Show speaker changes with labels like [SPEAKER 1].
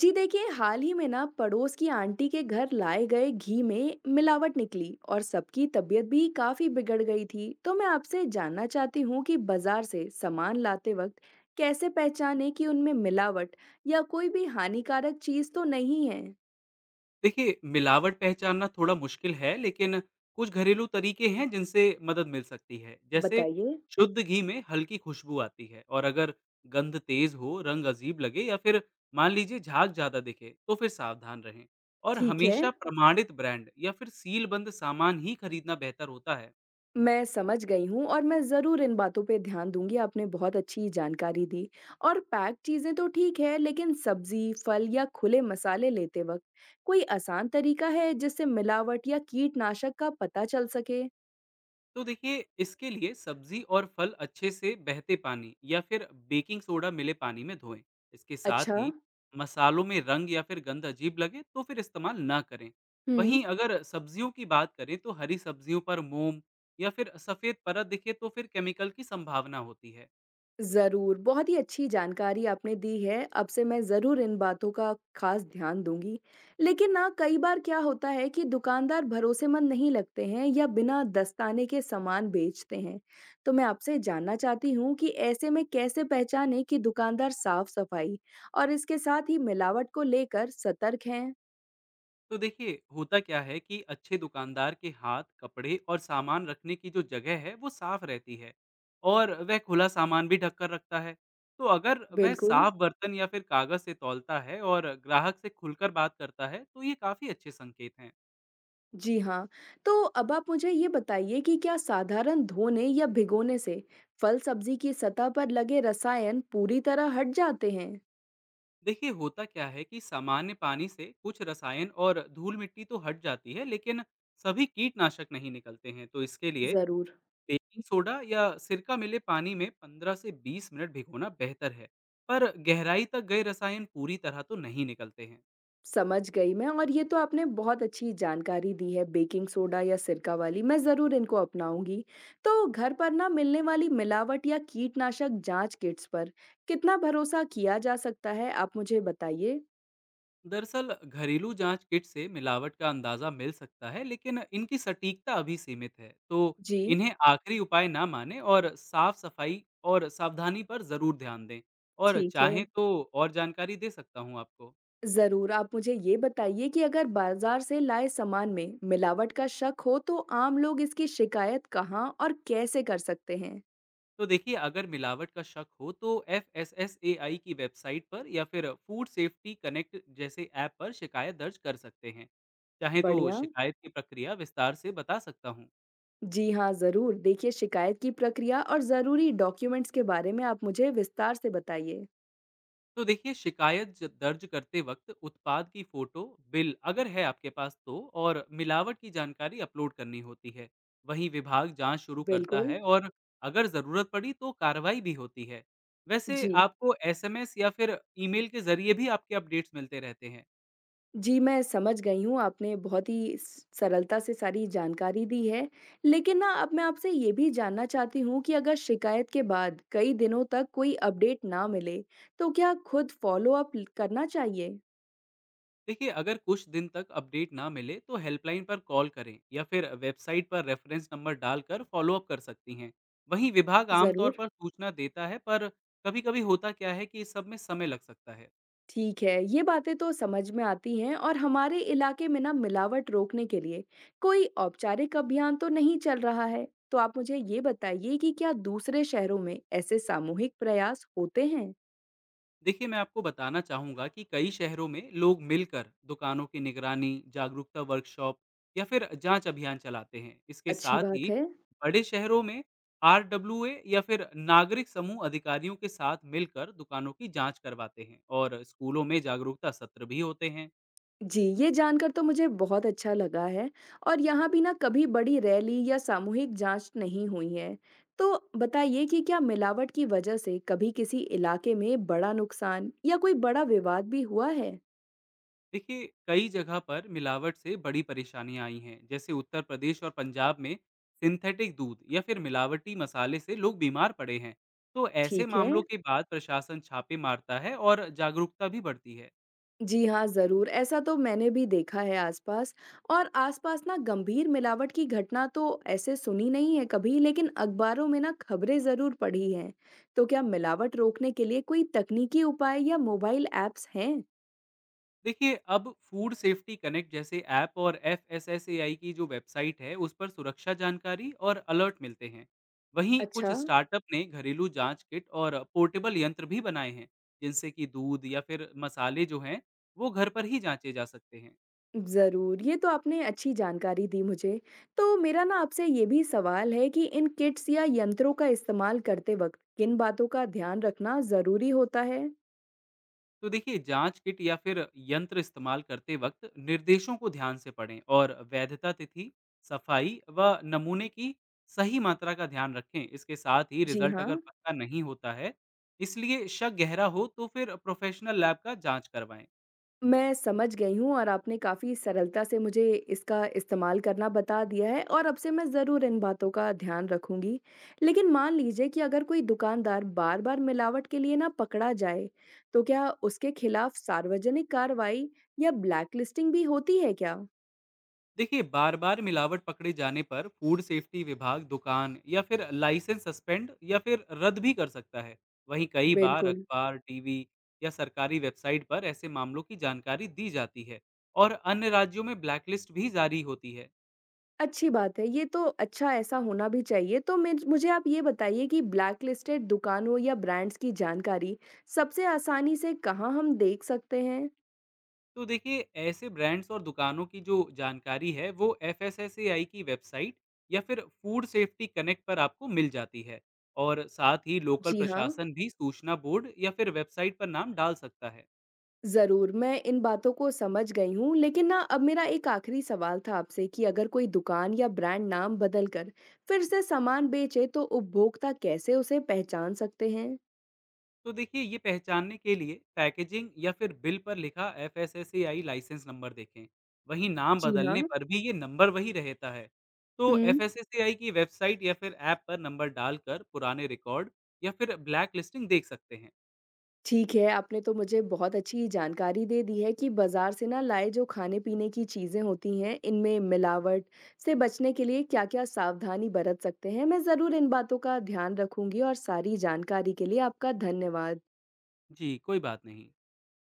[SPEAKER 1] जी देखिए हाल ही में ना पड़ोस की आंटी के घर लाए गए घी में मिलावट निकली और सबकी तबीयत भी काफी बिगड़ गई थी। तो मैं आपसे जानना चाहती हूँ कि बाजार से सामान लाते वक्त कैसे पहचाने कि उनमें मिलावट या कोई भी हानिकारक चीज तो नहीं है।
[SPEAKER 2] देखिए, मिलावट पहचानना थोड़ा मुश्किल है, लेकिन कुछ घरेलू तरीके हैं जिनसे मदद मिल सकती है। जैसे
[SPEAKER 1] बताइए।
[SPEAKER 2] शुद्ध घी में हल्की खुशबू आती है, और अगर गंध तेज हो, रंग अजीब लगे या फिर मान लीजिए झाग ज़्यादा दिखे, तो फिर सावधान रहें। और
[SPEAKER 1] ठीक है,
[SPEAKER 2] हमेशा प्रमाणित ब्रांड या फिर सीलबंद सामान ही खरीदना बेहतर होता है।
[SPEAKER 1] मैं समझ गई हूँ और मैं ज़रूर इन बातों पे ध्यान दूँगी, आपने बहुत अच्छी जानकारी दी। और पैक्ड चीज़ें तो ठीक है, लेकिन सब्ज़ी, फल या खुले मसाले लेते वक़्त कोई आसान तरीका है जिससे मिलावट या कीटनाशक का पता चल सके?
[SPEAKER 2] तो देखिए, इसके लिए सब्जी और फल अच्छे से बहते पानी या फिर बेकिंग सोडा मिले पानी में धोएं। इसके साथ
[SPEAKER 1] अच्छा।
[SPEAKER 2] ही मसालों में रंग या फिर गंध अजीब लगे तो फिर इस्तेमाल ना करें।
[SPEAKER 1] हुँ।
[SPEAKER 2] वहीं अगर सब्जियों की बात करें तो हरी सब्जियों पर मोम या फिर सफ़ेद परत दिखे तो फिर केमिकल की संभावना होती है।
[SPEAKER 1] ज़रूर, बहुत ही अच्छी जानकारी आपने दी है, अब से मैं ज़रूर इन बातों का ख़ास ध्यान दूँगी। लेकिन ना कई बार क्या होता है कि दुकानदार भरोसेमंद नहीं लगते हैं या बिना दस्ताने के सामान बेचते हैं। तो मैं आपसे जानना चाहती हूँ कि ऐसे में कैसे पहचानें कि दुकानदार साफ-सफाई और इसके साथ ही मिलावट को लेकर सतर्क हैं?
[SPEAKER 2] तो देखिए, होता क्या है कि अच्छे दुकानदार के हाथ, कपड़े और सामान रखने की जो जगह है वो साफ रहती है, और वह खुला सामान भी ढककर रखता है। तो अगर वह
[SPEAKER 1] बिल्कुल।
[SPEAKER 2] साफ बर्तन या फिर कागज से तौलता है और ग्राहक से खुलकर बात करता है, तो ये काफी अच्छे संकेत हैं।
[SPEAKER 1] जी हाँ, तो अब आप मुझे ये बताइए कि क्या साधारण धोने या भिगोने से फल-सब्जी की सतह पर लगे रसायन पूरी तरह हट जाते हैं?
[SPEAKER 2] देखिए, होता क्या है कि सामान्य पानी से कुछ रसायन और धूल मिट्टी तो हट जाती है, लेकिन सभी कीटनाशक नहीं निकलते हैं। तो इसके लिए
[SPEAKER 1] ज़रूर,
[SPEAKER 2] बेकिंग सोडा या सिरका मिले पानी में 15 से 20 मिनट भिगोना बेहतर है, पर गहराई तक गए रसायन पूरी तरह तो नहीं निकलते हैं।
[SPEAKER 1] समझ गई मैं और ये तो आपने बहुत अच्छी जानकारी दी है बेकिंग सोडा या सिरका वाली, मैं ज़रूर इनको अपनाऊंगी। तो घर पर ना मिलने वाली मिलावट या कीटनाशक जांच किट्स पर कितना भरोसा किया जा सकता है, आप मुझे बताइए?
[SPEAKER 2] दरअसल घरेलू जांच किट से मिलावट का अंदाजा मिल सकता है, लेकिन इनकी सटीकता अभी सीमित है। तो
[SPEAKER 1] जी,
[SPEAKER 2] इन्हें आखिरी उपाय ना माने और साफ सफाई और सावधानी पर जरूर ध्यान दें। और
[SPEAKER 1] ठीक है।
[SPEAKER 2] चाहें तो और जानकारी दे सकता हूँ आपको।
[SPEAKER 1] ज़रूर, आप मुझे ये बताइए कि अगर बाज़ार से लाए सामान में मिलावट का शक हो तो आम लोग इसकी शिकायत कहाँ और कैसे कर सकते हैं?
[SPEAKER 2] तो देखिए, अगर मिलावट का शक हो तो एफएसएसएआई की वेबसाइट पर या फिर फूड सेफ्टी कनेक्ट जैसे ऐप पर शिकायत दर्ज कर सकते हैं। चाहे तो
[SPEAKER 1] बढ़िया।
[SPEAKER 2] शिकायत की प्रक्रिया विस्तार से बता सकता हूँ।
[SPEAKER 1] जी हाँ, ज़रूर। देखिए शिकायत की प्रक्रिया और ज़रूरी डॉक्यूमेंट्स के बारे में आप मुझे विस्तार से बताइए।
[SPEAKER 2] तो देखिए, शिकायत दर्ज करते वक्त उत्पाद की फोटो, बिल अगर है आपके पास तो, और मिलावट की जानकारी अपलोड करनी होती है। वहीं विभाग जांच शुरू करता
[SPEAKER 1] बिल्कुल।
[SPEAKER 2] है, और अगर ज़रूरत पड़ी तो कार्रवाई भी होती है। वैसे
[SPEAKER 1] जी।
[SPEAKER 2] आपको एसएमएस या फिर ईमेल के जरिए भी आपके अपडेट्स मिलते रहते हैं।
[SPEAKER 1] जी, मैं समझ गई हूँ, आपने बहुत ही स सरलता से सारी जानकारी दी है। लेकिन ना अब मैं आपसे ये भी जानना चाहती हूँ कि अगर शिकायत के बाद कई दिनों तक कोई अपडेट ना मिले, तो क्या खुद फ़ॉलो-अप ल करना चाहिए?
[SPEAKER 2] देखिए, अगर कुछ दिन तक अपडेट ना मिले तो हेल्पलाइन पर कॉल करें या फिर वेबसाइट पर रेफरेंस नंबर डालकर फॉलोअप कर सकती हैं। वहीं विभाग आमतौर
[SPEAKER 1] ज़रूर।
[SPEAKER 2] पर सूचना देता है, पर कभी-कभी होता क्या है कि इस सब में समय लग सकता है।
[SPEAKER 1] ठीक है, ये बातें तो समझ में आती हैं और हमारे इलाके में ना मिलावट रोकने के लिए कोई औपचारिक अभियान तो नहीं चल रहा है। तो आप मुझे ये बताइए कि क्या दूसरे शहरों में ऐसे सामूहिक प्रयास होते हैं?
[SPEAKER 2] देखिए, मैं आपको बताना चाहूँगा कि कई शहरों में लोग मिलकर दुकानों की निगरानी, जागरूकता वर्कशॉप या फिर जांच अभियान चलाते हैं। इसके
[SPEAKER 1] अच्छी
[SPEAKER 2] साथ ही
[SPEAKER 1] बात है।
[SPEAKER 2] बड़े शहरों में आरडब्ल्यूए या फिर नागरिक समूह अधिकारियों के साथ मिलकर दुकानों की जांच करवाते हैं, और स्कूलों में जागरूकता सत्र भी होते हैं।
[SPEAKER 1] जी, ये जानकर तो मुझे बहुत अच्छा लगा है और यहाँ भी ना कभी बड़ी रैली या सामूहिक जांच नहीं हुई है। तो बताइए कि क्या मिलावट की वजह से कभी किसी इलाके में बड़ा नुकसान या कोई बड़ा विवाद भी हुआ है?
[SPEAKER 2] देखिए, कई जगह पर मिलावट से बड़ी परेशानियां आई हैं, जैसे उत्तर प्रदेश और पंजाब में सिंथेटिक दूध या फिर मिलावटी मसाले से लोग बीमार पड़े हैं। तो ऐसे
[SPEAKER 1] ठीक है।
[SPEAKER 2] मामलों के बाद प्रशासन छापे मारता है और जागरूकता भी बढ़ती है।
[SPEAKER 1] जी हाँ, ज़रूर। ऐसा तो मैंने भी देखा है आसपास और आसपास ना गंभीर मिलावट की घटना तो ऐसे सुनी नहीं है कभी, लेकिन अखबारों में ना खबरें ज़रूर पढ़ी हैं। तो क्या मिलावट रोकने के लिए कोई तकनीकी उपाय या मोबाइल ऐप्स हैं?
[SPEAKER 2] देखिए, अब फूड सेफ्टी कनेक्ट जैसे ऐप और एफएसएसएआई की जो वेबसाइट है, उस पर सुरक्षा जानकारी और अलर्ट मिलते हैं। वहीं कुछ
[SPEAKER 1] अच्छा,
[SPEAKER 2] स्टार्टअप ने घरेलू जांच किट और पोर्टेबल यंत्र भी बनाए हैं, जिनसे कि दूध या फिर मसाले जो हैं, वो घर पर ही जांचे जा सकते हैं।
[SPEAKER 1] ज़रूर, ये तो आपने अच्छी जानकारी दी मुझे। तो मेरा ना आपसे ये भी सवाल है कि इन किट्स या यंत्रों का इस्तेमाल करते वक़्त किन बातों का ध्यान रखना ज़रूरी होता है?
[SPEAKER 2] तो देखिए, जांच किट या फिर यंत्र इस्तेमाल करते वक्त निर्देशों को ध्यान से पढ़ें और वैधता तिथि, सफाई व नमूने की सही मात्रा का ध्यान रखें। इसके साथ ही
[SPEAKER 1] जी
[SPEAKER 2] रिजल्ट अगर
[SPEAKER 1] हाँ,
[SPEAKER 2] पक्का नहीं होता है, इसलिए शक गहरा हो तो फिर प्रोफेशनल लैब का जांच करवाएं।
[SPEAKER 1] मैं समझ गई हूँ और आपने काफ़ी सरलता से मुझे इसका इस्तेमाल करना बता दिया है और अब से मैं ज़रूर इन बातों का ध्यान रखूँगी। लेकिन मान लीजिए कि अगर कोई दुकानदार बार-बार मिलावट के लिए ना पकड़ा जाए, तो क्या उसके खिलाफ सार्वजनिक कार्रवाई या ब्लैकलिस्टिंग भी होती है क्या?
[SPEAKER 2] देखिए, बार बार मिलावट पकड़े जाने पर फूड सेफ्टी विभाग दुकान या फिर लाइसेंस सस्पेंड या फिर रद्द भी कर सकता है। वहीं कई बार
[SPEAKER 1] बिल्कुल,
[SPEAKER 2] अखबार, टीवी या सरकारी वेबसाइट पर ऐसे मामलों की जानकारी दी जाती है, और अन्य राज्यों में ब्लैकलिस्ट भी जारी होती है।
[SPEAKER 1] अच्छी बात है, ये तो अच्छा ऐसा होना भी चाहिए। तो मिज मुझे आप ये बताइए कि ब्लैक लिस्टेड दुकानों या ब्रांड्स की जानकारी सबसे आसानी से कहाँ हम देख सकते हैं?
[SPEAKER 2] तो देखिए, ऐसे ब्रांड्स और दुकानों की जो जानकारी है वो एफ की वेबसाइट या फिर फूड सेफ्टी कनेक्ट पर आपको मिल जाती है। और साथ ही लोकल
[SPEAKER 1] जी हाँ,
[SPEAKER 2] प्रशासन भी सूचना बोर्ड या फिर वेबसाइट पर नाम डाल सकता है।
[SPEAKER 1] ज़रूर, मैं इन बातों को समझ गई हूँ, लेकिन ना अब मेरा एक आखिरी सवाल था आपसे कि अगर कोई दुकान या ब्रांड नाम बदल कर फिर से सामान बेचे, तो उपभोक्ता कैसे उसे पहचान सकते हैं?
[SPEAKER 2] तो देखिए, ये पहचानने के लिए पैकेजिंग या फिर बिल पर लिखा एफएसएसएआई लाइसेंस नंबर देखें। वहीं नाम
[SPEAKER 1] जी
[SPEAKER 2] बदलने
[SPEAKER 1] हाँ,
[SPEAKER 2] पर भी ये नंबर वही रहता है। तो
[SPEAKER 1] हुँ।
[SPEAKER 2] एफएसएसएआई की वेबसाइट या फिर ऐप पर नंबर डालकर पुराने रिकॉर्ड या फिर ब्लैक लिस्टिंग देख सकते हैं।
[SPEAKER 1] ठीक है, आपने तो मुझे बहुत अच्छी जानकारी दे दी है कि बाज़ार से ना लाए जो खाने-पीने की चीज़ें होती हैं, इनमें मिलावट से बचने के लिए क्या-क्या सावधानी बरत सकते हैं। मैं ज़रूर इन बातों का ध्यान रखूँगी और सारी जानकारी के लिए आपका धन्यवाद।
[SPEAKER 2] जी कोई बात नहीं।